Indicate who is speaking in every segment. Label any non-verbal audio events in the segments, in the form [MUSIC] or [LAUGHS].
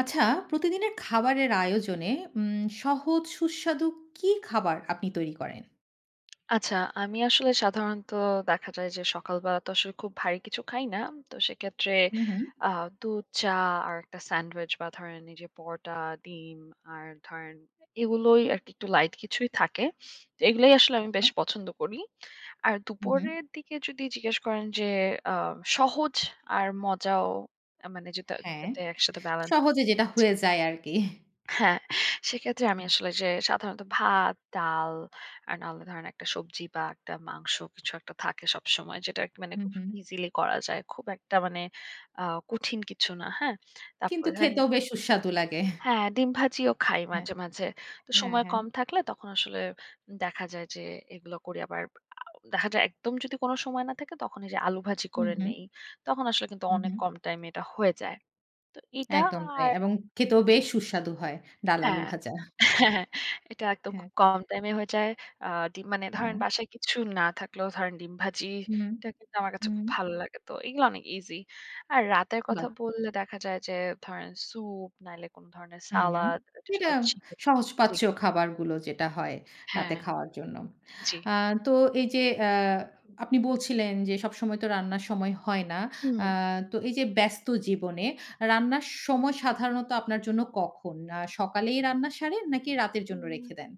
Speaker 1: আচ্ছা, প্রতিদিনের খাবারের আয়োজনে উম সহজ সুস্বাদু কি খাবার আপনি তৈরি করেন?
Speaker 2: আচ্ছা, আমি আসলে সাধারণত দেখা যায় যে সকালবেলা তো আসলে খুব ভারী কিছু খাই না। তো সেক্ষেত্রে
Speaker 1: হুম, হুম।
Speaker 2: আ দুধ, চা আর একটা স্যান্ডউইচ বা ধরেন এই যে পরোটা, ডিম আর ধরেন এগুলোই আরকি একটু লাইট কিছুই থাকে। তো এগুলাই আসলে আমি
Speaker 1: আচ্ছা।
Speaker 2: বেশ পছন্দ করি। আর
Speaker 1: হুম, হুম।
Speaker 2: দুপুরের দিকে যদি জিজ্ঞেস করেন যে আ সহজ আর মজাও মানে যেটা
Speaker 1: হ্যাঁ,
Speaker 2: যাতে একসাথে ব্যালেন্স
Speaker 1: সহজে যেটা হয়ে যায় আরকি।
Speaker 2: হ্যাঁ, সেক্ষেত্রে আমি
Speaker 1: হ্যাঁ।
Speaker 2: আসলে যে সাধারণত ভাত, ডাল আর নাহলে ধরেন একটা সবজি বা একটা মাংস কিছু একটা থাকে সবসময়। যেটা মানে
Speaker 1: হুম,
Speaker 2: খুব
Speaker 1: হুম।
Speaker 2: ইজিলি করা যায়। খুব একটা মানে আ কঠিন কিছু না। হ্যাঁ?
Speaker 1: কিন্তু
Speaker 2: তারপরে ধরেন
Speaker 1: খেতেও বেশ সুস্বাদু লাগে।
Speaker 2: হ্যাঁ, ডিম ভাজিও খাই
Speaker 1: হ্যাঁ,
Speaker 2: মাঝে, মাঝে। তো
Speaker 1: হ্যাঁ,
Speaker 2: সময়
Speaker 1: হ্যাঁ।
Speaker 2: কম থাকলে তখন আসলে দেখা যায় যে এগুলো করি। আবার আ দেখা যায় একদম যদি কোন সময় না থাকে তখন এই যে আলু ভাজি
Speaker 1: হুম,
Speaker 2: করে
Speaker 1: হুম।
Speaker 2: নেই। তখন আসলে কিন্তু
Speaker 1: হুম,
Speaker 2: অনেক
Speaker 1: হুম।
Speaker 2: কম টাইমে এটা হয়ে যায়। তো এটা
Speaker 1: একদম তাই।
Speaker 2: আর
Speaker 1: এবং খেতেও
Speaker 2: জি।
Speaker 1: বেশ সুস্বাদু হয়, ডাল আলু
Speaker 2: হ্যাঁ,
Speaker 1: ভাজা।
Speaker 2: হ্যাঁ, এটা একদম
Speaker 1: হ্যাঁ,
Speaker 2: খুব কম টাইমে হয়ে যায়। আ ডিম মানে
Speaker 1: হ্যাঁ।
Speaker 2: ধরেন বাসায় কিছু না থাকলেও ধরেন ডিম
Speaker 1: হুম,
Speaker 2: ভাজিটা কিন্তু আমার কাছে
Speaker 1: হুম।
Speaker 2: খুব ভালো লাগে। তো এগুলো অনেক ইজি। আর রাতের কথা
Speaker 1: বাহ!
Speaker 2: বললে দেখা যায় যে ধরেন স্যুপ নাইলে কোন ধরনের
Speaker 1: হুম, হুম।
Speaker 2: সালাদ, এটার
Speaker 1: যেটা
Speaker 2: সাথে চিকেন জি,
Speaker 1: সহজপাচ্য খাবারগুলো যেটা হয় রাতে
Speaker 2: হ্যাঁ,
Speaker 1: খাওয়ার জন্য।
Speaker 2: জি।
Speaker 1: আ তো এই যে আ আপনি বলছিলেন যে সবসময় তো রান্নার সময় হয় না।
Speaker 2: হুম।
Speaker 1: আ তো এই যে ব্যস্ত জীবনে রান্নার সময় সাধারণত আপনার জন্য কখন? সকালেই রান্না সারেন নাকি রাতের জন্য
Speaker 2: উম
Speaker 1: রেখে দেন?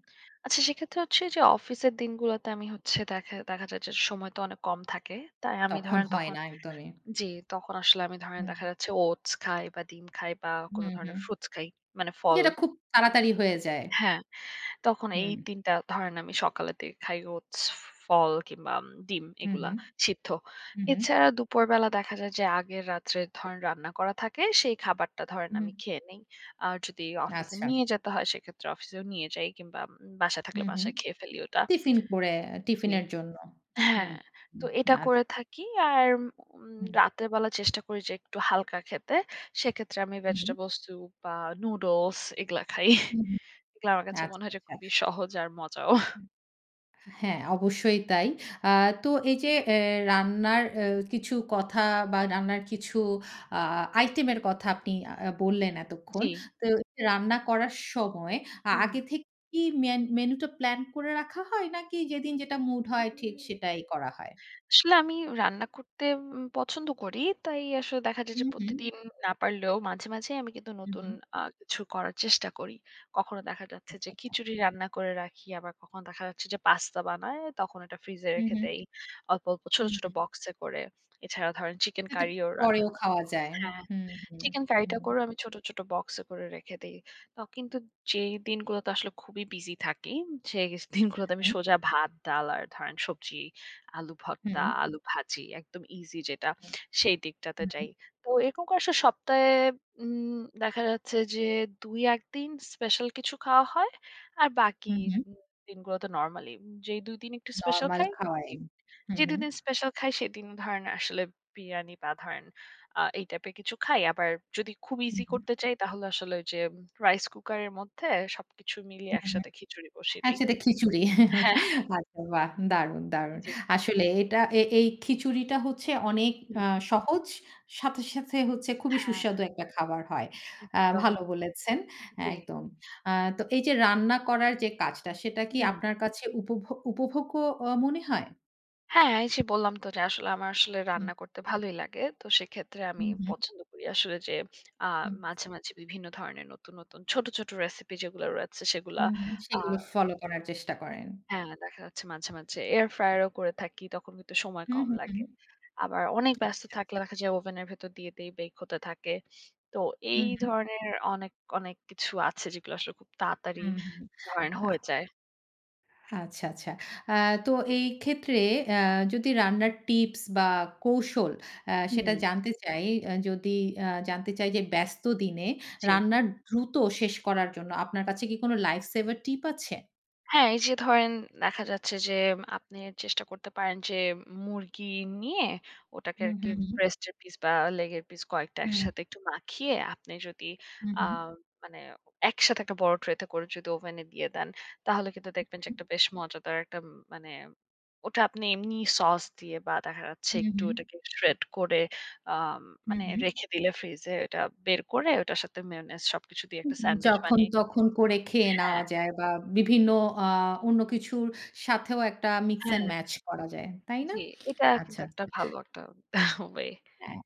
Speaker 2: আচ্ছা সেক্ষেত্রে হচ্ছে যে অফিসের দিনগুলোতে আমি হচ্ছে দেখা দেখা যায় যে সময় তো অনেক কম থাকে। তাই আমি
Speaker 1: তখন
Speaker 2: ধরেন
Speaker 1: হয়
Speaker 2: তখন
Speaker 1: না একদমই।
Speaker 2: জি, তখন আসলে আমি ধরেন
Speaker 1: হুম,
Speaker 2: দেখা যাচ্ছে ওটস খাই বা ডিম খাই বা
Speaker 1: হুম,
Speaker 2: কোন
Speaker 1: হুম।
Speaker 2: ধরনের ফ্রুটস খাই। মানে ফল
Speaker 1: যেটা খুব তাড়াতাড়ি হয়ে যায়।
Speaker 2: হ্যাঁ, তখন এই
Speaker 1: হুম,
Speaker 2: ৩ টা ধরেন আমি সকালের দিকে খাই ওটস, ফল কিংবা ডিম
Speaker 1: হুম,
Speaker 2: এগুলা
Speaker 1: হুম,
Speaker 2: সিদ্ধ।
Speaker 1: হুম, হুম,
Speaker 2: এছাড়া দুপুরবেলা দেখা যায় যে আগের রাত্রে ধরেন রান্না করা থাকে সেই খাবারটা ধরেন
Speaker 1: হুম।
Speaker 2: আমি খেয়ে নেই। আর যদি অফিসে
Speaker 1: আচ্ছা।
Speaker 2: নিয়ে যেতে হয় সেক্ষেত্রে অফিসেও নিয়ে যাই কিংবা বাসায় থাকলে
Speaker 1: হুম, হুম।
Speaker 2: বাসায় খেয়ে ফেলি ওটা।
Speaker 1: টিফিন করে
Speaker 2: জি।
Speaker 1: টিফিনের জন্য।
Speaker 2: হ্যাঁ,
Speaker 1: হুম,
Speaker 2: তো
Speaker 1: হুম,
Speaker 2: এটা করে
Speaker 1: আচ্ছা।
Speaker 2: থাকি। আর উম
Speaker 1: হুম,
Speaker 2: রাতের বেলা চেষ্টা করি যে একটু হালকা খেতে। সেক্ষেত্রে আমি ভেজিটেবল স্যুপ বা নুডলস এগুলা খাই।
Speaker 1: হুম, হুম,
Speaker 2: এগুলা আমার কাছে মনে
Speaker 1: আচ্ছা,
Speaker 2: হয় যে খুবই
Speaker 1: আচ্ছা।
Speaker 2: সহজ আর মজাও।
Speaker 1: হ্যাঁ, অবশ্যই তাই। আ তো এই যে রান্নার কিছু কথা বা রান্নার কিছু আ আইটেমের কথা আপনি বললেন এতক্ষণ।
Speaker 2: জি,
Speaker 1: তো রান্না করার সময় আগে থেকে কি মেনুটা প্ল্যান করে রাখা হয় নাকি যেদিন যেটা মুড হয় ঠিক
Speaker 2: হুম।
Speaker 1: সেটাই করা হয়?
Speaker 2: আসলে আমি রান্না করতে পছন্দ করি। তাই আসলে দেখা যায়
Speaker 1: হুম,
Speaker 2: যে
Speaker 1: হুম,
Speaker 2: প্রতিদিন না পারলেও মাঝে, মাঝে আমি কিন্তু
Speaker 1: হুম,
Speaker 2: নতুন
Speaker 1: হুম।
Speaker 2: কিছু করার চেষ্টা করি। কখনো দেখা যাচ্ছে
Speaker 1: আচ্ছা,
Speaker 2: যে
Speaker 1: আচ্ছা।
Speaker 2: খিচুড়ি রান্না করে রাখি, আবার কখনো দেখা যাচ্ছে যে পাস্তা বানায়, তখন এটা ফ্রিজে
Speaker 1: হুম,
Speaker 2: রেখে
Speaker 1: হুম,
Speaker 2: দেই। অল্প, অল্প ছোট,
Speaker 1: হুম,
Speaker 2: ছোট
Speaker 1: হুম।
Speaker 2: বক্সে করে। এছাড়া ধরেন চিকেন
Speaker 1: এটা
Speaker 2: কারিও রান্না
Speaker 1: পরেও খাওয়া যায়।
Speaker 2: হ্যাঁ,
Speaker 1: হুম, হুম,
Speaker 2: চিকেন কারিটা
Speaker 1: হুম।
Speaker 2: করেও আমি ছোট, ছোট বক্সে করে রেখে দেই। তো কিন্তু যেই দিনগুলোতে আসলে খুবই বিজি থাকি, সেই দিনগুলোতে আমি
Speaker 1: হুম,
Speaker 2: সোজা ভাত, ডাল আর ধরেন সবজি, আলু ভর্তা,
Speaker 1: হুম,
Speaker 2: আলু ভাজি একদম ইজি যেটা, সেই দিকটাতে
Speaker 1: হুম,
Speaker 2: যাই। তো এরকম করে আসলে সপ্তাহে উম দেখা যাচ্ছে যে ২-১ দিন স্পেশাল কিছু খাওয়া হয়। আর বাকি
Speaker 1: হুম, হুম।
Speaker 2: উম দিনগুলোতে নরমালি যেই ২ দিন একটু স্পেশাল
Speaker 1: নরমাল
Speaker 2: খাই
Speaker 1: খাওয়াই।
Speaker 2: জি।
Speaker 1: হুম, হুম,
Speaker 2: যেদিন স্পেশাল খাই সেদিন ধরেন আসলে বিরিয়ানি বা ধরেন এই টাইপের কিছু খাই আবার যদি খুব
Speaker 1: হুম,
Speaker 2: ইজি
Speaker 1: হুম,
Speaker 2: করতে চাই তাহলে আসলে ওই যে রাইস কুকারের মধ্যে সবকিছু মিলিয়ে
Speaker 1: হুম, হুম।
Speaker 2: একসাথে খিচুড়ি বসিয়ে
Speaker 1: আর
Speaker 2: দিই
Speaker 1: সেটা খিচুড়ি।
Speaker 2: হ্যাঁ
Speaker 1: আচ্ছা বাহ! দারুণ, দারুণ।
Speaker 2: জি
Speaker 1: আসলে এটা এই খিচুড়িটা হচ্ছে অনেক
Speaker 2: হুম,
Speaker 1: আ সহজ, সাথে, সাথে হচ্ছে খুবই
Speaker 2: হ্যাঁ
Speaker 1: সুস্বাদু একটা খাবার হয়।
Speaker 2: একদম
Speaker 1: ভালো বলেছেন,
Speaker 2: জি
Speaker 1: একদম। আ তো এই যে রান্না করার যে কাজটা সেটা কি
Speaker 2: হুম
Speaker 1: আপনার কাছে উপভোগ্য মনে হয়?
Speaker 2: হ্যাঁ এই যে বললাম তো যে আসলে আমার আসলে
Speaker 1: হুম,
Speaker 2: রান্না করতে ভালোই লাগে তো সেক্ষেত্রে আমি
Speaker 1: হুম, হুম,
Speaker 2: পছন্দ করি আসলে যে
Speaker 1: হুম,
Speaker 2: মাঝে মাঝে বিভিন্ন ধরনের নতুন নতুন ছোট ছোট রেসিপি যেগুলো রয়েছে সেগুলা
Speaker 1: হুম, হুম। সেগুলো
Speaker 2: আহ
Speaker 1: ফলো করার চেষ্টা করেন।
Speaker 2: হ্যাঁ, দেখা যাচ্ছে মাঝে, মাঝে এয়ার ফ্রায়ার ও করে থাকি। তখন কিন্তু সময়
Speaker 1: হুম,
Speaker 2: কম
Speaker 1: হুম, হুম।
Speaker 2: লাগে। আবার অনেক ব্যস্ত
Speaker 1: আচ্ছা, আচ্ছা।
Speaker 2: থাকলে দেখা যায় ওভেনের ভেতর দিয়ে দেই, বেক হতে থাকে। তো এই
Speaker 1: হুম, হুম।
Speaker 2: ধরনের অনেক, অনেক কিছু আছে যেগুলো আসলে খুব তাড়াতাড়ি
Speaker 1: হুম, হুম।
Speaker 2: ধরেন
Speaker 1: আ
Speaker 2: হয়ে যায়।
Speaker 1: আচ্ছা, আচ্ছা। আ তো এই ক্ষেত্রে আ যদি রান্নার টিপস বা কৌশল সেটা
Speaker 2: হুম,
Speaker 1: জানতে চাই। যদি জানতে চাই যে ব্যস্ত দিনে
Speaker 2: জি।
Speaker 1: রান্নার দ্রুত শেষ করার জন্য আপনার কাছে কি কোনো লাইফ সেভার টিপ আছে?
Speaker 2: হ্যাঁ, এই যে ধরেন দেখা যাচ্ছে যে আপনি চেষ্টা করতে পারেন যে মুরগি নিয়ে ওটাকে
Speaker 1: হুম,
Speaker 2: আরকি
Speaker 1: হুম, হুম।
Speaker 2: ব্রেস্টের পিস বা লেগের পিস কয়েকটা
Speaker 1: হুম,
Speaker 2: একসাথে একটু মাখিয়ে আপনি যদি
Speaker 1: হুম,
Speaker 2: আ মানে একসাথে একটা বড় ট্রেতে করে যদি ওভেনে দিয়ে দেন, তাহলে কিন্তু দেখবেন যে
Speaker 1: হুম,
Speaker 2: একটা বেশ মজাদার একটা মানে ওটা আপনি এমনি সস দিয়ে বা দেখা যাচ্ছে
Speaker 1: হুম,
Speaker 2: একটু
Speaker 1: হুম,
Speaker 2: ওটাকে শ্রেড করে আম
Speaker 1: হুম,
Speaker 2: মানে
Speaker 1: হুম।
Speaker 2: রেখে দিলে ফ্রিজে ওটা বের করে ওটার সাথে মেয়োনিজ সবকিছু দিয়ে একটা স্যান্ডউইচ
Speaker 1: যখন
Speaker 2: বানিয়ে
Speaker 1: তখন করে খেয়ে
Speaker 2: হ্যাঁ,
Speaker 1: নেওয়া যায় বা বিভিন্ন আ অন্য কিছুর সাথেও একটা মিক্স
Speaker 2: হ্যাঁ।
Speaker 1: অ্যান্ড ম্যাচ করা যায়। তাই না?
Speaker 2: জি, এটা কিন্তু
Speaker 1: আচ্ছা,
Speaker 2: একটা
Speaker 1: আচ্ছা।
Speaker 2: ভালো একটা [LAUGHS] ওয়ে।
Speaker 1: হ্যাঁ,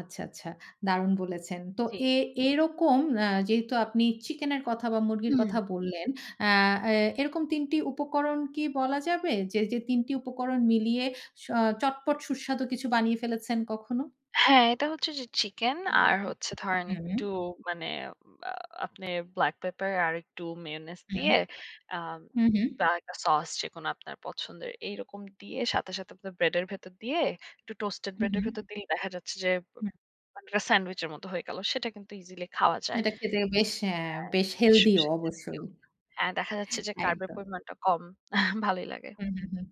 Speaker 1: আচ্ছা, আচ্ছা। দারুণ বলেছেন। তো
Speaker 2: জি।
Speaker 1: এ এরকম যেহেতু আপনি চিকেনের কথা বা মুরগির
Speaker 2: হুম।
Speaker 1: কথা বললেন, আ এ এরকম ৩ টি উপকরণ কি বলা যাবে? যে, যে ৩ টি উপকরণ মিলিয়ে স চটপট সুস্বাদু কিছু বানিয়ে ফেলেছেন কখনো?
Speaker 2: হ্যাঁ, এটা হচ্ছে যে চিকেন
Speaker 1: হুম,
Speaker 2: আর হচ্ছে ধরেন
Speaker 1: হুম,
Speaker 2: একটু মানে আ আপনি ব্লাক পেপার আর একটু মেয়োনিজ
Speaker 1: হুম,
Speaker 2: দিয়ে আম
Speaker 1: হুম, হুম,
Speaker 2: বা একটা সস যেকোনো আপনার পছন্দের এইরকম দিয়ে সাথে, সাথে আপনার ব্রেডের ভেতর দিয়ে একটু টোস্টেড ব্রেডের
Speaker 1: হুম,
Speaker 2: ভেতর দিলে দেখা যাচ্ছে যে
Speaker 1: হুম।
Speaker 2: মানে একটা স্যান্ডউইচের মতো হয়ে গেল। সেটা কিন্তু ইজিলি খাওয়া যায়।
Speaker 1: এটা খেতে বেশ হ্যাঁ,
Speaker 2: হ্যাঁ।
Speaker 1: বেশ
Speaker 2: সু-
Speaker 1: হেলথি ও অবশ্যই।
Speaker 2: হ্যাঁ, দেখা যাচ্ছে যে কার্বের
Speaker 1: একদম।
Speaker 2: পরিমাণটা কম। [LAUGHS] ভালোই লাগে।
Speaker 1: হুম, হুম, হুম।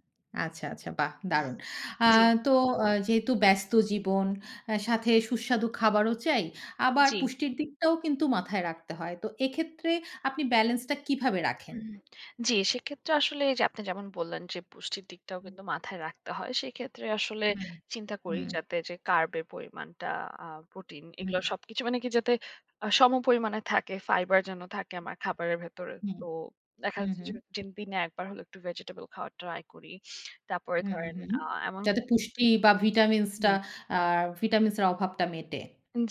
Speaker 1: আচ্ছা, আচ্ছা বাহ! দারুণ। আ
Speaker 2: জি,
Speaker 1: তো যেহেতু ব্যস্ত জীবন, সাথে সুস্বাদু খাবারও চাই, আবার
Speaker 2: জি।
Speaker 1: পুষ্টির দিকটাও কিন্তু মাথায় রাখতে হয়। তো এক্ষেত্রে আপনি ব্যালেন্সটা কিভাবে রাখেন?
Speaker 2: হুম। জি, সেক্ষেত্রে আসলে এই যে আপনি যেমন বললেন যে পুষ্টির দিকটাও কিন্তু মাথায় রাখতে হয়। সেক্ষেত্রে আসলে
Speaker 1: হুম,
Speaker 2: চিন্তা করি
Speaker 1: হুম,
Speaker 2: যাতে যে কার্বের পরিমাণটা, আ প্রোটিন
Speaker 1: হুম,
Speaker 2: এগুলো সবকিছু মানে কি যাতে সমপরিমাণে থাকে, ফাইবার যেন থাকে আমার খাবারের ভেতরে।
Speaker 1: হুম,
Speaker 2: তো দেখা
Speaker 1: হুম,
Speaker 2: যাচ্ছে যে দিন দিনে একবার হলেও একটু ভেজিটেবল খাওয়ার ট্রাই করি। তারপরে
Speaker 1: হুম, হুম,
Speaker 2: ধরেন
Speaker 1: হুম।
Speaker 2: এমন
Speaker 1: যাতে পুষ্টি বা ভিটামিনসটা আ ভিটামিনসের অভাবটা মেটে।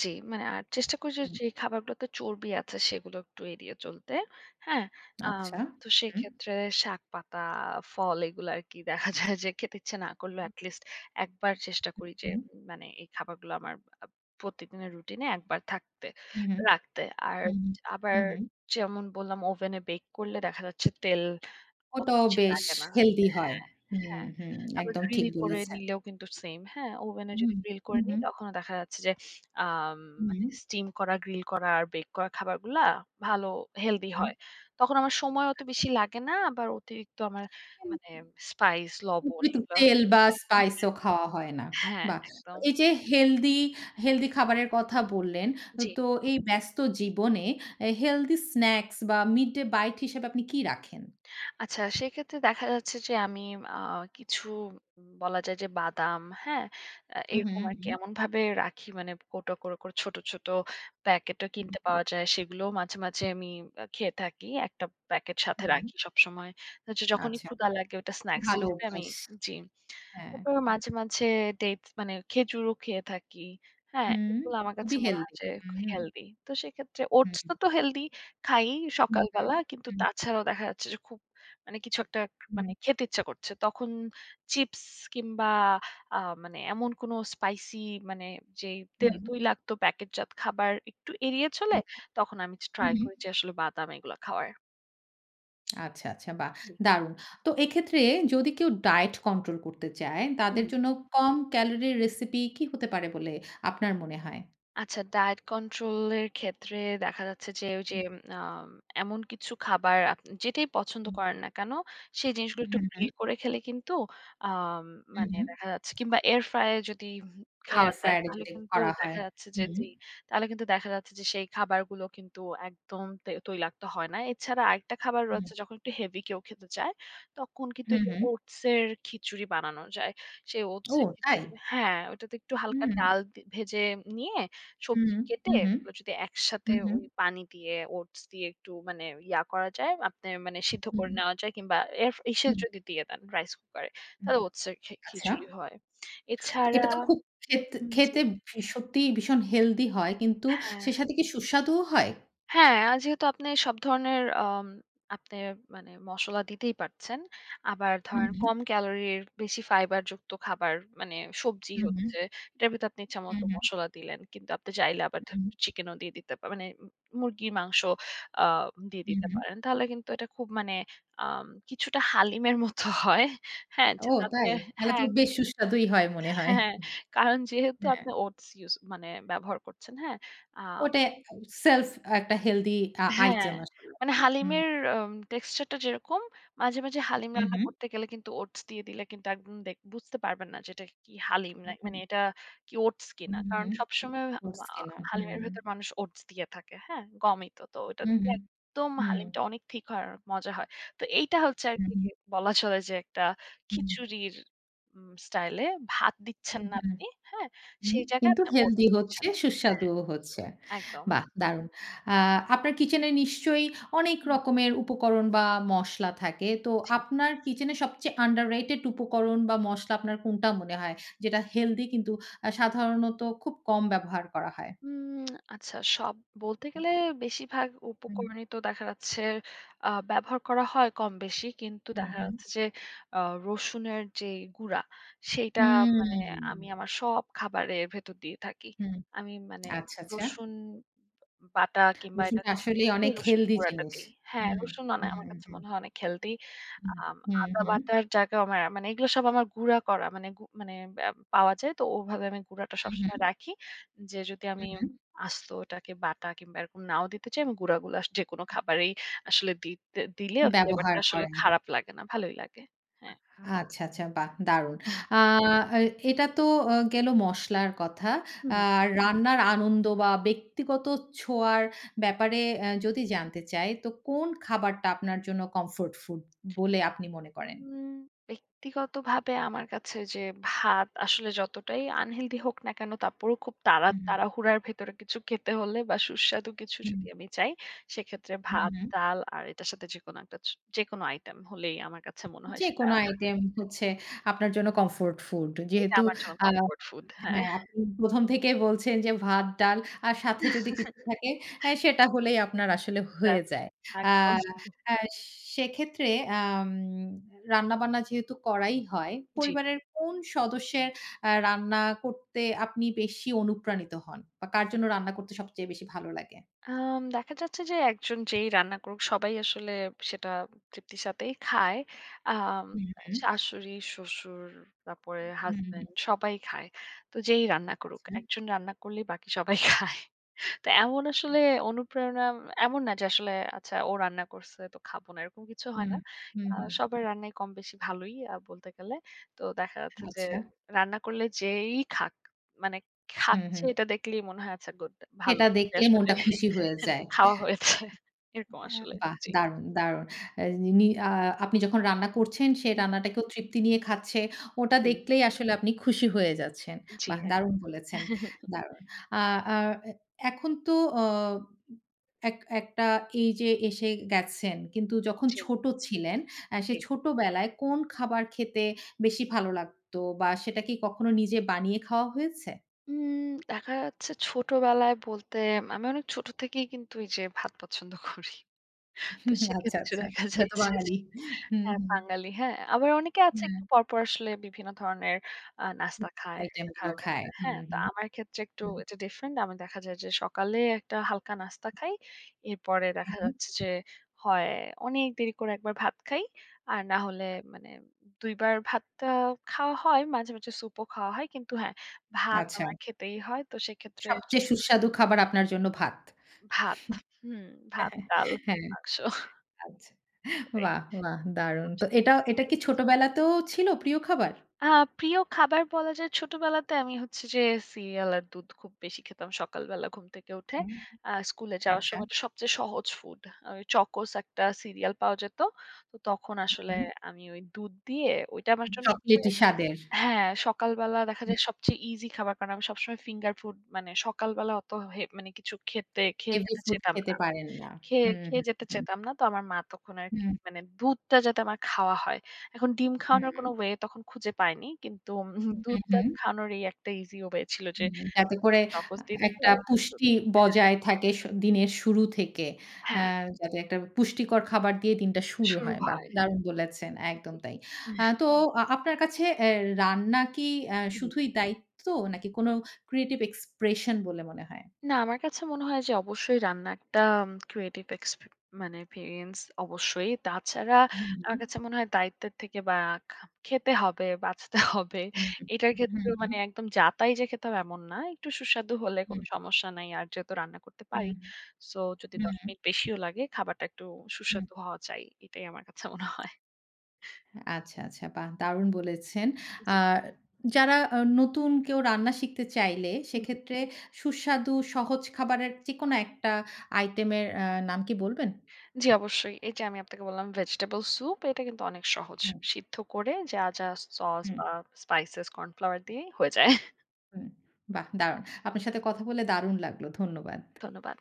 Speaker 2: জি, মানে আর চেষ্টা করি যে
Speaker 1: হুম,
Speaker 2: যে খাবারগুলোতে চর্বি আছে সেগুলো একটু এড়িয়ে চলতে। হ্যাঁ? আম
Speaker 1: আচ্ছা।
Speaker 2: তো
Speaker 1: হুম,
Speaker 2: সেক্ষেত্রে শাক-পাতা, ফল এগুলো আরকি দেখা যায় যে খেতে ইচ্ছে না করলেও at least একবার চেষ্টা করি যে
Speaker 1: হুম,
Speaker 2: মানে এই খাবারগুলো আমার আ প্রত্যেকদিনের রুটিনে একবার থাকতে
Speaker 1: হুম,
Speaker 2: রাখতে। আর
Speaker 1: হুম, হুম,
Speaker 2: আবার
Speaker 1: হুম, হুম।
Speaker 2: যেমন বললাম ওভেনে বেক করলে দেখা যাচ্ছে তেল অত
Speaker 1: ওটাও
Speaker 2: বেশি
Speaker 1: বেশ
Speaker 2: লাগে না।
Speaker 1: হেলদি হয়।
Speaker 2: হ্যাঁ,
Speaker 1: হুম,
Speaker 2: হ্যাঁ।
Speaker 1: হুম,
Speaker 2: আবার
Speaker 1: একদম ঠিক
Speaker 2: গ্রিল করে
Speaker 1: বলেছেন।
Speaker 2: নিলেও কিন্তু সেইম, হ্যাঁ? ওভেনে
Speaker 1: হুম,
Speaker 2: যদি গ্রিল
Speaker 1: হুম,
Speaker 2: করে নিই
Speaker 1: হুম,
Speaker 2: তখনও দেখা যাচ্ছে যে আম
Speaker 1: হুম,
Speaker 2: মানে স্টিম করা, গ্রিল করা আর বেক করা খাবারগুলা ভালো হেলদি
Speaker 1: হুম।
Speaker 2: হয়। তখন আমার সময় অত
Speaker 1: আচ্ছা।
Speaker 2: বেশি লাগে না। আবার অতিরিক্ত আমার মানে স্পাইস, লবণ
Speaker 1: অতিরিক্ত
Speaker 2: এগুলা
Speaker 1: তেল বা স্পাইস ও খাওয়া হয় না।
Speaker 2: হ্যাঁ,
Speaker 1: বাহ! তো
Speaker 2: একদম।
Speaker 1: এই যে হেলদি, হেলদি খাবারের কথা বললেন,
Speaker 2: জি।
Speaker 1: তো এই ব্যস্ত জীবনে হেলদি স্ন্যাকস বা মিড ডে বাইট হিসেবে আপনি কি রাখেন?
Speaker 2: আচ্ছা, সেক্ষেত্রে দেখা যাচ্ছে যে আমি আ কিছু বলা যায় যে বাদাম, হ্যাঁ?
Speaker 1: হুম,
Speaker 2: এরকম
Speaker 1: হুম,
Speaker 2: আরকি
Speaker 1: হুম,
Speaker 2: এমনভাবে রাখি মানে কৌটো করে, করে ছোট, ছোট প্যাকেটও কিনতে
Speaker 1: হুম,
Speaker 2: পাওয়া যায়। সেগুলোও মাঝে, মাঝে আমি খেয়ে থাকি। একটা প্যাকেট সাথে
Speaker 1: হুম।
Speaker 2: রাখি সবসময়। হচ্ছে যখনই
Speaker 1: আচ্ছা,
Speaker 2: ক্ষুধা লাগে ওটা
Speaker 1: খুব
Speaker 2: স্ন্যাকস
Speaker 1: ভালো
Speaker 2: হিসেবে আমি
Speaker 1: অভ্যাস।
Speaker 2: জি।
Speaker 1: হ্যাঁ।
Speaker 2: তারপর মাঝে, মাঝে ডেটস মানে খেজুরও খেয়ে থাকি। হ্যাঁ?
Speaker 1: হুম,
Speaker 2: এগুলো আমার কাছে
Speaker 1: খুবই
Speaker 2: মনে হয়
Speaker 1: হেলদি।
Speaker 2: যে
Speaker 1: হুম, হুম,
Speaker 2: হেলদি। তো সেক্ষেত্রে ওটস তো,
Speaker 1: হুম,
Speaker 2: তো হেলদি খাই
Speaker 1: হুম,
Speaker 2: সকালবেলা। কিন্তু
Speaker 1: হুম,
Speaker 2: তাছাড়াও দেখা যাচ্ছে যে খুব মানে কিছু একটা মানে
Speaker 1: হুম,
Speaker 2: খেতে ইচ্ছা করছে। তখন চিপস কিংবা আ মানে এমন কোনো স্পাইসি মানে যেই তেল
Speaker 1: হুম,
Speaker 2: তৈলাক্ত প্যাকেটজাত খাবার একটু এড়িয়ে চলে
Speaker 1: হুম,
Speaker 2: তখন আমি
Speaker 1: হুম,
Speaker 2: ট্রাই
Speaker 1: হুম।
Speaker 2: করি যে আসলে বাদাম এগুলা খাওয়ার।
Speaker 1: আচ্ছা, আচ্ছা বাহ! দারুণ। তো এক্ষেত্রে যদি কেউ ডায়েট কন্ট্রোল করতে চায়,
Speaker 2: জি।
Speaker 1: তাদের জন্য কম ক্যালোরির রেসিপি কি হতে পারে বলে আপনার মনে হয়?
Speaker 2: আচ্ছা ডায়েট কন্ট্রোল এর ক্ষেত্রে দেখা যাচ্ছে যে ওই যে
Speaker 1: হুম,
Speaker 2: আম, এমন কিছু খাবার আপনি যেটাই পছন্দ
Speaker 1: হুম,
Speaker 2: করেন না কেন সেই জিনিসগুলো একটু
Speaker 1: হুম, হুম,
Speaker 2: গ্রিল করে খেলে কিন্তু আম,
Speaker 1: হুম,
Speaker 2: মানে
Speaker 1: হুম।
Speaker 2: দেখা যাচ্ছে কিংবা এয়ার ফ্রায়ার যদি খাওয়া
Speaker 1: এয়ার
Speaker 2: যায়
Speaker 1: ফ্রায়ার এ
Speaker 2: তাহলে
Speaker 1: যদি
Speaker 2: কিন্তু
Speaker 1: করা হয়।
Speaker 2: দেখা যাচ্ছে যে
Speaker 1: হুম,
Speaker 2: যে তাহলে কিন্তু দেখা যাচ্ছে যে সেই খাবারগুলো কিন্তু একদম তৈলাক্ত হয় না এছাড়া আরেকটা খাবার
Speaker 1: হুম,
Speaker 2: রয়েছে যখন একটু হেভি কেউ খেতে চায় তখন কিন্তু এই
Speaker 1: হুম,
Speaker 2: যে
Speaker 1: হুম।
Speaker 2: ওটসের খিচুড়ি বানানো যায় সেই
Speaker 1: ও
Speaker 2: ওটসের খিচুড়ি
Speaker 1: তাই?
Speaker 2: হ্যাঁ ওটাতে একটু
Speaker 1: হুম,
Speaker 2: হালকা
Speaker 1: হুম,
Speaker 2: ডাল ভেজে নিয়ে
Speaker 1: হুম,
Speaker 2: সবজি কেটে
Speaker 1: হুম, হুম,
Speaker 2: ওগুলো যদি একসাথে
Speaker 1: হুম,
Speaker 2: ওই পানি দিয়ে ওটস দিয়ে একটু মানে ইয়া করা যায়, আপনার মানে সিদ্ধ
Speaker 1: হুম,
Speaker 2: করে নেওয়া যায় কিংবা এর ইসে
Speaker 1: হুম,
Speaker 2: যদি দিয়ে দেন রাইস কুকারে
Speaker 1: হুম।
Speaker 2: তাহলে ওটসের
Speaker 1: আচ্ছা।
Speaker 2: খিচুড়ি হয়।
Speaker 1: তো
Speaker 2: এছাড়া
Speaker 1: এটা তো খুব খেতে
Speaker 2: হুম, জি।
Speaker 1: খেতে সত্যিই ভীষণ হেলদি হয়। কিন্তু
Speaker 2: হ্যাঁ।
Speaker 1: সে সাথে কি সুস্বাদুও হয়?
Speaker 2: হ্যাঁ, যেহেতু আপনি সব ধরনের আপনি মানে মসলা দিতেই পারছেন। আবার
Speaker 1: হুম,
Speaker 2: ধরেন
Speaker 1: হুম,
Speaker 2: কম ক্যালোরির বেশি ফাইবারযুক্ত খাবার মানে সবজি
Speaker 1: হুম, হুম,
Speaker 2: হচ্ছে, এটার ভিতরে আপনি ইচ্ছামত
Speaker 1: হুম, হুম,
Speaker 2: মসলা দিলেন। কিন্তু আপনি চাইলে আবার
Speaker 1: হুম,
Speaker 2: চিকেনও দিয়ে দিতে মানে মুরগির মাংস আ দিয়ে
Speaker 1: হুম,
Speaker 2: দিতে
Speaker 1: হুম।
Speaker 2: পারেন। তাহলে কিন্তু এটা খুব মানে কিছুটা হালিমের মতো হয়। হ্যাঁ,
Speaker 1: ও
Speaker 2: যেটা আপনি
Speaker 1: তাই? তাহলে তো
Speaker 2: হ্যাঁ,
Speaker 1: বেশ সুস্বাদুই হয় মনে হয়।
Speaker 2: হ্যাঁ। কারণ যেহেতু
Speaker 1: হ্যাঁ,
Speaker 2: আপনি ওটস ইউস মানে ব্যবহার করছেন, হ্যাঁ? আ
Speaker 1: ওটা সেলফ একটা হেলথি
Speaker 2: হ্যাঁ,
Speaker 1: আইটেম আসলে।
Speaker 2: মানে
Speaker 1: হুম,
Speaker 2: হালিমের টেক্সচার টা যেরকম, মাঝে, মাঝে হালিম
Speaker 1: হু,
Speaker 2: রান্না
Speaker 1: হু।
Speaker 2: করতে গেলে কিন্তু ওটস দিয়ে দিলে কিন্তু একদম দেখ বুঝতে পারবেন না যে এটা কি হালিম না মানে
Speaker 1: হু,
Speaker 2: এটা কি ওটস
Speaker 1: হু,
Speaker 2: কিনা।
Speaker 1: হু।
Speaker 2: কারণ সবসময়
Speaker 1: ওটস
Speaker 2: মা
Speaker 1: কেনা।
Speaker 2: হালিমের
Speaker 1: হুম।
Speaker 2: ভেতর মানুষ ওটস দিয়ে থাকে। হ্যাঁ? গমই তো। তো ওটা
Speaker 1: হু,
Speaker 2: দিলে
Speaker 1: হু।
Speaker 2: একদম
Speaker 1: হুম।
Speaker 2: হালিমটা অনেক ঠিক হয় আর মজা হয়। তো এইটা হচ্ছে
Speaker 1: হু,
Speaker 2: আরকি
Speaker 1: হু।
Speaker 2: বলা চলে যে একটা
Speaker 1: হুম।
Speaker 2: খিচুড়ির স্টাইলে ভাত দিচ্ছেন
Speaker 1: হুম।
Speaker 2: না আপনি। হ্যাঁ?
Speaker 1: হুম,
Speaker 2: সেই জায়গায়
Speaker 1: কিন্তু
Speaker 2: আপনি ওটস
Speaker 1: হেলদি হচ্ছে,
Speaker 2: দিচ্ছেন। হ্যাঁ,
Speaker 1: সুস্বাদুও হচ্ছে।
Speaker 2: একদম।
Speaker 1: বাহ! দারুণ। আ আপনার কিচেনে নিশ্চয়ই অনেক
Speaker 2: হুম।
Speaker 1: রকমের উপকরণ বা মসলা থাকে। তো
Speaker 2: জি।
Speaker 1: আপনার কিচেনে সবচেয়ে আন্ডাররেটেড উপকরণ বা মসলা আপনার কোনটা মনে হয়? যেটা হেলদি কিন্তু সাধারণত খুব কম ব্যবহার করা হয়?
Speaker 2: উম আচ্ছা সব বলতে গেলে বেশিরভাগ
Speaker 1: হুম,
Speaker 2: উপকরণই তো দেখা যাচ্ছে ব্যবহার করা হয় কম বেশি। কিন্তু
Speaker 1: হুম,
Speaker 2: দেখা
Speaker 1: হুম।
Speaker 2: যাচ্ছে যে আ রসুনের যে গুঁড়া সেইটা হুম। মানে আমি
Speaker 1: হুম,
Speaker 2: আমার সব খাবারের ভেতর দিয়ে থাকি।
Speaker 1: হুম।
Speaker 2: আমি মানে
Speaker 1: আচ্ছা, আচ্ছা।
Speaker 2: রসুন বাটা কিংবা এটা
Speaker 1: রসুনটা
Speaker 2: থেকে
Speaker 1: আসলেই
Speaker 2: সেই
Speaker 1: অনেক
Speaker 2: রসুনের
Speaker 1: হেলদি
Speaker 2: গুঁড়াটা
Speaker 1: জিনিস।
Speaker 2: দেই। হ্যাঁ,
Speaker 1: হুম,
Speaker 2: রসুন
Speaker 1: হুম,
Speaker 2: আমার কাছে
Speaker 1: হুম,
Speaker 2: মনে হয় অনেক হেলদি।
Speaker 1: হুম,
Speaker 2: আম
Speaker 1: হুম,
Speaker 2: আদা
Speaker 1: হুম,
Speaker 2: বাটার জায়গাও আমার মানে এগুলো সব আমার গুঁড়া করা মানে মানে পাওয়া যায়। তো ওভাবে আমি গুঁড়াটা সবসময়
Speaker 1: হুম,
Speaker 2: রাখি। যে যদি আমি
Speaker 1: হুম, হুম,
Speaker 2: আস্তটাকে বাটা কিংবা এরকম নাও দিতে চাই, আমি গুঁড়া, গুলা যেকোনো খাবারেই আসলে দিতে দিলে
Speaker 1: ব্যবহার
Speaker 2: ফ্লেভারটা আসলে
Speaker 1: করেন।
Speaker 2: খারাপ লাগে না। ভালোই লাগে। হ্যাঁ।
Speaker 1: আচ্ছা, আচ্ছা বাহ! দারুণ। আ এ এটা তো গেল মসলার কথা।
Speaker 2: হুম।
Speaker 1: আর রান্নার আনন্দ বা ব্যক্তিগত ছোঁয়ার ব্যাপারে যদি জানতে চাই, তো কোন খাবারটা আপনার জন্য কমফোর্ট ফুড বলে আপনি মনে করেন?
Speaker 2: উম ব্যক্তিগতভাবে আমার কাছে যে ভাত আসলে যতটাই আনহেলদি হোক না কেন, তারপরেও খুব
Speaker 1: হুম, হুম,
Speaker 2: তাড়াহুড়ার ভেতরে কিছু খেতে হলে বা সুস্বাদু কিছু
Speaker 1: হুম,
Speaker 2: যদি আমি চাই, সেক্ষেত্রে
Speaker 1: হুম,
Speaker 2: ভাত,
Speaker 1: হুম।
Speaker 2: ডাল আর এটার সাথে যেকোনো একটা যেকোনো আইটেম হলেই আমার কাছে মনে হয় সেটা
Speaker 1: যেকোনো আইটেম হচ্ছে আপনার জন্য কমফোর্ট ফুড।
Speaker 2: এটা
Speaker 1: যেহেতু
Speaker 2: আমার জন্য
Speaker 1: আ
Speaker 2: কমফোর্ট ফুড। হ্যাঁ।
Speaker 1: হ্যাঁ, আপনি ১ম থেকেই বলছেন যে ভাত, ডাল আর সাথে যদি কিছু
Speaker 2: [LAUGHS]
Speaker 1: থাকে সেটা হলেই আপনার আসলে হয়ে
Speaker 2: ব্যাস
Speaker 1: যায়। আ
Speaker 2: একদম।
Speaker 1: আ সেক্ষেত্রে আম রান্নাবান্না যেহেতু করাই হয়,
Speaker 2: জি।
Speaker 1: পরিবারের কোন সদস্যের রান্না করতে আপনি বেশি অনুপ্রাণিত হন? বা কার জন্য রান্না করতে সবচেয়ে বেশি ভালো লাগে?
Speaker 2: দেখা যাচ্ছে যে একজন যেই রান্না করুক সবাই আসলে সেটা তৃপ্তির সাথেই খায়। আম
Speaker 1: হুম, হুম।
Speaker 2: শাশুড়ি, শ্বশুর, তারপরে
Speaker 1: হুম, হুম।
Speaker 2: হাসব্যান্ড সবাই খায়। তো যেই রান্না করুক।
Speaker 1: আচ্ছা।
Speaker 2: একজন রান্না করলেই বাকি সবাই খায়। তো এমন আসলে অনুপ্রেরণা এমন না যে আসলে আচ্ছা ও রান্না করছে তো খাবো না এরকম কিছু হয়
Speaker 1: হুম,
Speaker 2: না।
Speaker 1: হুম, হুম।
Speaker 2: সবার রান্নাই কম বেশি ভালোই বলতে গেলে। তো দেখা যাচ্ছে যে
Speaker 1: আচ্ছা।
Speaker 2: রান্না করলে যেই খাক মানে
Speaker 1: হুম,
Speaker 2: খাচ্ছে
Speaker 1: হুম।
Speaker 2: এটা দেখলেই মনে হয় আচ্ছা গুড ভালো
Speaker 1: সেটা
Speaker 2: যে
Speaker 1: দেখলে
Speaker 2: আসলে
Speaker 1: মনটা খুশি হয়ে যায়।
Speaker 2: [LAUGHS] খাওয়া হয়েছে। এরকম
Speaker 1: হ্যাঁ,
Speaker 2: আসলে।
Speaker 1: বাহ!
Speaker 2: জি।
Speaker 1: দারুণ, দারুণ। আ নি আ আপনি যখন রান্না করছেন সে রান্নাটাকেও তৃপ্তি নিয়ে খাচ্ছে। ওটা
Speaker 2: জি।
Speaker 1: দেখলেই আসলে আপনি খুশি হয়ে যাচ্ছেন।
Speaker 2: জি,
Speaker 1: বাহ!
Speaker 2: এক
Speaker 1: দারুণ বলেছেন। দারুণ। আ আ এ এখন তো অ এক একটা এই যে এসে গেছেন কিন্তু যখন
Speaker 2: জি,
Speaker 1: ছোট ছিলেন সে
Speaker 2: জি।
Speaker 1: ছোটবেলায় কোন খাবার খেতে বেশি ভালো লাগতো বা সেটা কি কখনো নিজে বানিয়ে খাওয়া হয়েছে?
Speaker 2: উম দেখা যাচ্ছে ছোটবেলায় বলতে আমি অনেক ছোট থেকেই কিন্তু এই যে ভাত পছন্দ করি।
Speaker 1: [LAUGHS]
Speaker 2: তো
Speaker 1: হুম, আচ্ছা,
Speaker 2: সেক্ষেত্রে
Speaker 1: আচ্ছা।
Speaker 2: দেখা
Speaker 1: খেতো
Speaker 2: যাচ্ছে
Speaker 1: বাঙালি। হুম,
Speaker 2: হ্যাঁ,
Speaker 1: হুম।
Speaker 2: বাঙালি। হ্যাঁ, আবার অনেকে আছে
Speaker 1: হ্যাঁ,
Speaker 2: একটু পরপর আসলে বিভিন্ন ধরনের নাস্তা খায়,
Speaker 1: আইটেম
Speaker 2: এটা
Speaker 1: গুলো
Speaker 2: খায়, ওটা
Speaker 1: খায়।
Speaker 2: খায়। হ্যাঁ,
Speaker 1: হুম,
Speaker 2: তো
Speaker 1: হুম,
Speaker 2: আমার ক্ষেত্রে একটু
Speaker 1: হুম।
Speaker 2: এটা ডিফারেন্ট। আমি দেখা যায় যে সকালে একটা হালকা নাস্তা খাই। এরপরে
Speaker 1: হুম,
Speaker 2: দেখা
Speaker 1: হুম,
Speaker 2: যাচ্ছে যে হয় অনেক দেরি করে একবার ভাত খাই। আর না হলে মানে ২ বার ভাতটা খাওয়া হয়। মাঝে, মাঝে স্যুপও খাওয়া হয়। কিন্তু হ্যাঁ, ভাত
Speaker 1: আচ্ছা।
Speaker 2: আমার খেতেই হয়। তো সেক্ষেত্রে
Speaker 1: সবচেয়ে সুস্বাদু খাবার আপনার জন্য ভাত।
Speaker 2: ভাত। হুম, ভাত,
Speaker 1: [LAUGHS] হ্যাঁ,
Speaker 2: ডাল,
Speaker 1: হ্যাঁ, হ্যাঁ,
Speaker 2: মাংস
Speaker 1: আচ্ছা।
Speaker 2: এটাই।
Speaker 1: বাহ! বাহ! দারুণ। তো এটা এটা কি ছোটবেলাতেও ছিল প্রিয় খাবার?
Speaker 2: আ প্রিয় খাবার বলা যায় ছোটবেলাতে আমি হচ্ছে যে সিরিয়াল আর দুধ খুব বেশি খেতাম সকালবেলা ঘুম থেকে উঠে।
Speaker 1: হুম,
Speaker 2: স্কুলে যাওয়ার
Speaker 1: আচ্ছা,
Speaker 2: সময় তো সবচেয়ে সহজ ফুড। ওই চকোস একটা সিরিয়াল পাওয়া যেত। তো তখন আসলে
Speaker 1: হুম।
Speaker 2: আমি ওই দুধ দিয়ে ওইটা আমার জন্য
Speaker 1: চকলেটি
Speaker 2: সবচেয়ে
Speaker 1: স্বাদের।
Speaker 2: হ্যাঁ, সকালবেলা দেখা
Speaker 1: হুম।
Speaker 2: যায় সবচেয়ে ইজি খাবার। কারণ আমি সবসময় ফিঙ্গার ফুড মানে সকালবেলা অত মানে কিছু খেতে খেয়ে
Speaker 1: হেভি
Speaker 2: যেতে
Speaker 1: ফুড
Speaker 2: চেতাম
Speaker 1: খেতে
Speaker 2: না।
Speaker 1: পারেন না। হুম,
Speaker 2: খেয়ে
Speaker 1: হুম,
Speaker 2: যেতে
Speaker 1: হুম।
Speaker 2: চেতাম না। তো আমার মা তখন আরকি
Speaker 1: হুম,
Speaker 2: মানে দুধটা যাতে আমার খাওয়া হয়। এখন ডিম খাওয়ানোর
Speaker 1: হুম,
Speaker 2: কোনো ওয়ে তখন খুঁজে পাইনি। কিন্তু [LAUGHS]
Speaker 1: হুম,
Speaker 2: দুধ-টাধ
Speaker 1: হুম।
Speaker 2: খাওয়ানোর এই একটা ইজি ওয়ে ছিল যে
Speaker 1: হুম, যাতে করে
Speaker 2: আমাকে চকোস দিয়ে দিত
Speaker 1: একটা
Speaker 2: আর দুধ
Speaker 1: পুষ্টি বজায় থাকে দিনের শুরু থেকে। আ
Speaker 2: হ্যাঁ,
Speaker 1: যাতে একটা পুষ্টিকর খাবার দিয়ে দিনটা শুরু
Speaker 2: শুরু
Speaker 1: হয়। বাহ!
Speaker 2: হয়।
Speaker 1: দারুণ বলেছেন। একদম
Speaker 2: জি।
Speaker 1: তাই। তো আপনার কাছে রান্না কি শুধুই দায়িত্ব নাকি কোনো ক্রিয়েটিভ এক্সপ্রেশন বলে মনে হয়?
Speaker 2: না, আমার কাছে মনে হয় যে অবশ্যই রান্না একটা ক্রিয়েটিভ এক্সপি মানে এক্সপেরিয়েন্স অবশ্যই। তাছাড়া
Speaker 1: হুম, হুম,
Speaker 2: আমার কাছে মনে হয় দায়িত্বের থেকে বা খা খেতে হবে, বাঁচতে [LAUGHS] হবে।
Speaker 1: হুম,
Speaker 2: এটার ক্ষেত্রেও
Speaker 1: হুম,
Speaker 2: মানে একদম যা তাই যে খেতে হবে এমন না। একটু সুস্বাদু হলে কোনো
Speaker 1: হুম,
Speaker 2: সমস্যা নাই। আর যেহেতু রান্না করতে পারি।
Speaker 1: হুম,
Speaker 2: সো যদি ১০
Speaker 1: হুম,
Speaker 2: মিনিট বেশিও লাগে খাবারটা একটু
Speaker 1: হুম।
Speaker 2: সুস্বাদু হওয়া চাই। এটাই আমার কাছে মনে হয়।
Speaker 1: আচ্ছা, আচ্ছা। বাহ! দারুণ বলেছেন। আ
Speaker 2: জি।
Speaker 1: যারা নতুন কেউ রান্না শিখতে চাইলে
Speaker 2: হুম।
Speaker 1: সেক্ষেত্রে সুস্বাদু সহজ খাবারের যেকোনো একটা আইটেমের নাম কি বলবেন?
Speaker 2: জি, অবশ্যই। এই যে আমি আপনাকে বললাম ভেজিটেবল স্যুপ এটা কিন্তু অনেক সহজ।
Speaker 1: হুম,
Speaker 2: সিদ্ধ করে যা, যা সস
Speaker 1: হুম,
Speaker 2: বা স্পাইসেস কর্নফ্লাওয়ার দিয়েই হয়ে যায়।
Speaker 1: হুম। বাহ! দারুণ। আপনার সাথে কথা বলে দারুণ লাগলো। ধন্যবাদ।
Speaker 2: ধন্যবাদ।